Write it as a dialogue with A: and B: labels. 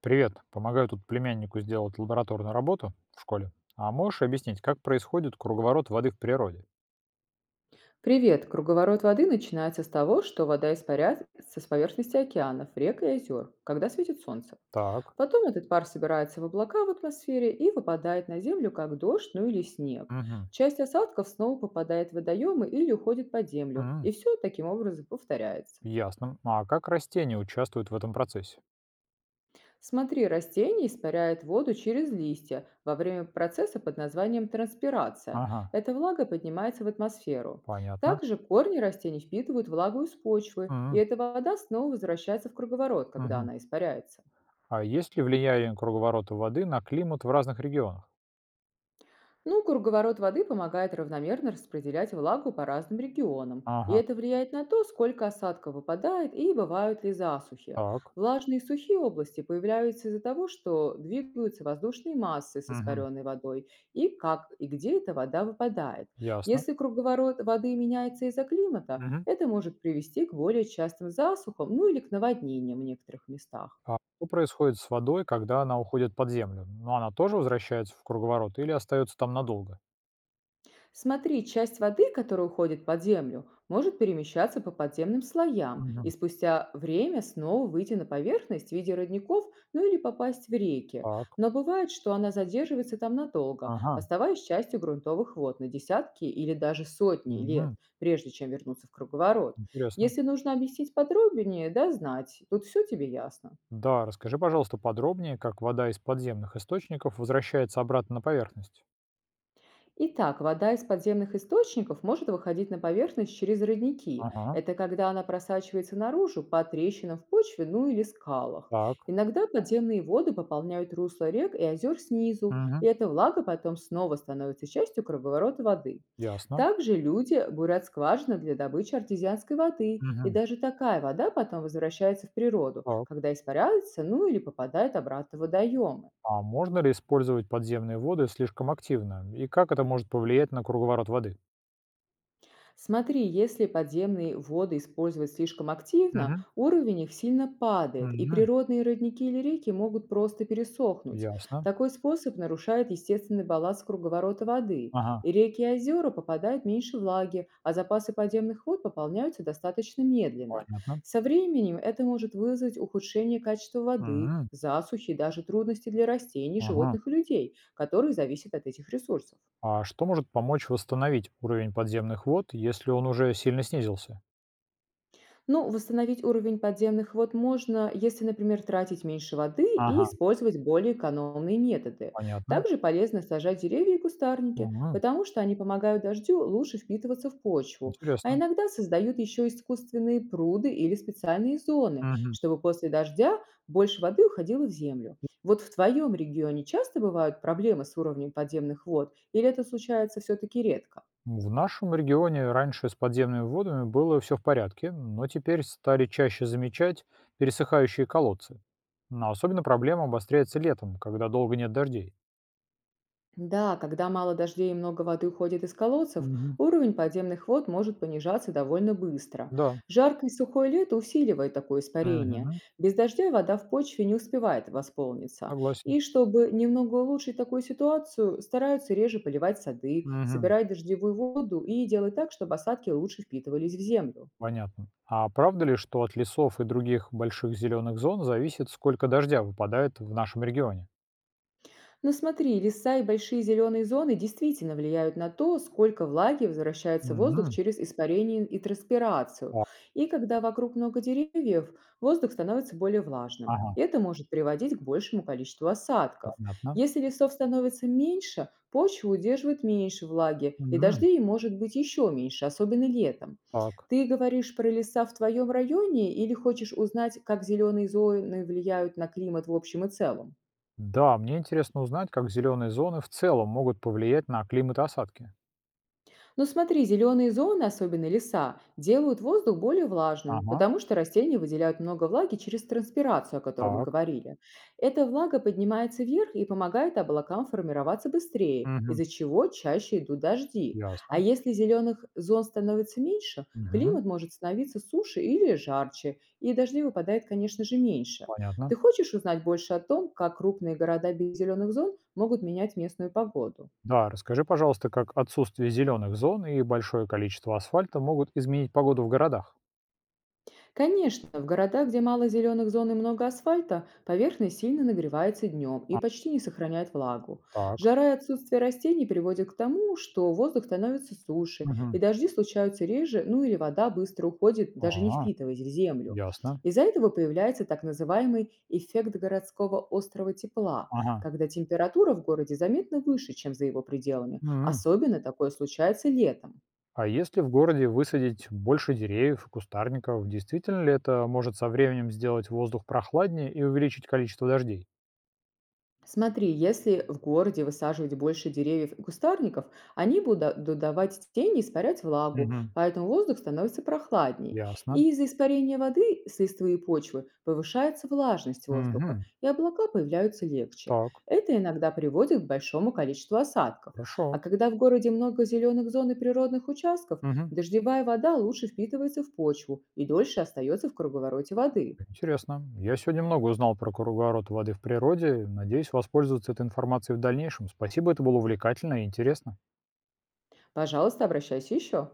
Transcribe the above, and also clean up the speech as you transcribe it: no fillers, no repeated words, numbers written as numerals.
A: Привет. Помогаю тут племяннику сделать лабораторную работу в школе. А можешь объяснить, как происходит круговорот воды в природе?
B: Привет! Круговорот воды начинается с того, что вода испаряется с поверхности океанов, рек и озер, когда светит солнце.
A: Так.
B: Потом этот пар собирается в облака в атмосфере и выпадает на землю, как дождь, ну или снег.
A: Мгм.
B: Часть осадков снова попадает в водоемы или уходит под землю,
A: М,
B: и все таким образом повторяется.
A: Ясно. А как растения участвуют в этом процессе?
B: Смотри, растение испаряет воду через листья во время процесса под названием транспирация.
A: Ага.
B: Эта влага поднимается в атмосферу.
A: Понятно.
B: Также корни растений впитывают влагу из почвы, и
A: М,
B: эта вода снова возвращается в круговорот, когда
A: мгм.
B: она испаряется.
A: А есть ли влияние круговорота воды на климат в разных регионах?
B: Ну, круговорот воды помогает равномерно распределять влагу по разным регионам, и
A: Ага.
B: это влияет на то, сколько осадков выпадает и бывают ли засухи.
A: Так.
B: Влажные и сухие области появляются из-за того, что двигаются воздушные массы с
A: Мгм.
B: испаренной водой и как и где эта вода выпадает.
A: Ясно.
B: Если круговорот воды меняется из-за климата,
A: Мгм.
B: это может привести к более частым засухам, ну или к наводнениям в некоторых местах.
A: А что происходит с водой, когда она уходит под землю? Ну, она тоже возвращается в круговорот или остается там надолго?
B: Смотри, часть воды, которая уходит под землю, может перемещаться по подземным слоям и
A: Мгм.
B: спустя время снова выйти на поверхность в виде родников, ну или попасть в реки.
A: Так.
B: Но бывает, что она задерживается там надолго,
A: Ага.
B: оставаясь частью грунтовых вод на десятки или даже сотни лет,
A: Мгм.
B: прежде чем вернуться в круговорот.
A: Интересно.
B: Если нужно объяснить подробнее, да знать, тут все тебе ясно.
A: Да, расскажи, пожалуйста, подробнее, как вода из подземных источников возвращается обратно на поверхность.
B: Итак, вода из подземных источников может выходить на поверхность через родники.
A: Ага.
B: Это когда она просачивается наружу по трещинам в почве, ну или скалах.
A: Так,
B: Иногда подземные воды пополняют русло рек и озер снизу,
A: мгм,
B: и эта влага потом снова становится частью круговорота воды.
A: ясно.
B: Также люди бурят скважины для добычи артезианской воды, и
A: Мгм.
B: даже такая вода потом возвращается в природу,
A: Так.
B: когда испаряется, ну или попадает обратно в водоемы.
A: А можно ли использовать подземные воды слишком активно? И как это может повлиять на круговорот воды?
B: Смотри, если подземные воды использовать слишком активно,
A: Мгм.
B: уровень их сильно падает, и
A: Мгм.
B: природные родники или реки могут просто пересохнуть.
A: Ясно.
B: Такой способ нарушает естественный баланс круговорота воды,
A: Ага.
B: и реки и озера попадают меньше влаги, а запасы подземных вод пополняются достаточно медленно.
A: Понятно.
B: Со временем это может вызвать ухудшение качества воды,
A: Мгм.
B: засухи и даже трудности для растений,
A: Ага.
B: животных и людей, которые зависят от этих ресурсов.
A: А что может помочь восстановить уровень подземных вод, если он уже сильно снизился?
B: Ну, восстановить уровень подземных вод можно, если, например, тратить меньше воды и
A: Ага.
B: использовать более экономные методы.
A: Понятно.
B: Также полезно сажать деревья и кустарники,
A: Мгм.
B: потому что они помогают дождю лучше впитываться в почву, а
A: Интересно.
B: иногда создают еще искусственные пруды или специальные зоны,
A: Мгм.
B: чтобы после дождя больше воды уходило в землю. Вот в твоем регионе часто бывают проблемы с уровнем подземных вод, или это случается все-таки редко?
A: В нашем регионе раньше с подземными водами было все в порядке, но теперь стали чаще замечать пересыхающие колодцы. Но особенно проблема обостряется летом, когда долго нет дождей.
B: Да, когда мало дождей и много воды уходит из колодцев,
A: Мгм.
B: уровень подземных вод может понижаться довольно быстро.
A: Да,
B: Жаркое и сухое лето усиливает такое испарение.
A: мгм,
B: Без дождя вода в почве не успевает восполниться.
A: согласен.
B: И чтобы немного улучшить такую ситуацию, стараются реже поливать сады,
A: Мгм,
B: собирать дождевую воду и делать так, чтобы осадки лучше впитывались в землю.
A: понятно. А правда ли, что от лесов и других больших зеленых зон зависит, сколько дождя выпадает в нашем регионе?
B: Но смотри, леса и большие зеленые зоны действительно влияют на то, сколько влаги возвращается в воздух
A: Мгм,
B: через испарение и транспирацию.
A: так,
B: И когда вокруг много деревьев, воздух становится более влажным.
A: ага,
B: Это может приводить к большему количеству осадков.
A: понятно.
B: Если лесов становится меньше, почва удерживает меньше влаги, и
A: Мгм,
B: дождей может быть еще меньше, особенно летом.
A: так.
B: Ты говоришь про леса в твоем районе или хочешь узнать, как зеленые зоны влияют на климат в общем и целом?
A: Да, мне интересно узнать, как зеленые зоны в целом могут повлиять на климат и осадки.
B: Но смотри, зеленые зоны, особенно леса, делают воздух более влажным,
A: Ага,
B: потому что растения выделяют много влаги через транспирацию, о которой мы
A: так.
B: говорили. Эта влага поднимается вверх и помогает облакам формироваться быстрее,
A: Мгм.
B: из-за чего чаще идут дожди. А
A: Ясно.
B: если зеленых зон становится меньше,
A: Мгм.
B: климат может становиться суше или жарче, и дождей выпадает, конечно же, меньше. Ты
A: Понятно.
B: хочешь узнать больше о том, как крупные города без зеленых зон могут менять местную погоду?
A: Да, расскажи, пожалуйста, как отсутствие зеленых зон и большое количество асфальта могут изменить погоду в городах?
B: Конечно, в городах, где мало зеленых зон и много асфальта, поверхность сильно нагревается днем и
A: А,
B: почти не сохраняет влагу.
A: так.
B: Жара и отсутствие растений приводят к тому, что воздух становится суше,
A: Мгм.
B: и дожди случаются реже, ну или вода быстро уходит, даже не
A: А,
B: впитываясь в землю.
A: ясно.
B: Из-за этого появляется так называемый эффект городского острого тепла,
A: Ага.
B: когда температура в городе заметно выше, чем за его пределами.
A: М.
B: Особенно такое случается летом.
A: А если в городе высадить больше деревьев и кустарников, действительно ли это может со временем сделать воздух прохладнее и увеличить количество дождей?
B: Смотри, если в городе высаживать больше деревьев и кустарников, они будут давать тень и испарять влагу,
A: Мгм.
B: поэтому воздух становится прохладнее.
A: Ясно.
B: И из-за испарения воды с листвы и почвы повышается влажность воздуха,
A: Мгм.
B: и облака появляются легче.
A: Так,
B: Это иногда приводит к большому количеству осадков.
A: хорошо.
B: А когда в городе много зеленых зон и природных участков,
A: Мгм.
B: дождевая вода лучше впитывается в почву и дольше остается в круговороте воды.
A: Интересно. Я сегодня много узнал про круговорот воды в природе. Надеюсь воспользоваться этой информацией в дальнейшем. Спасибо, это было увлекательно и интересно.
B: Пожалуйста, обращайся еще.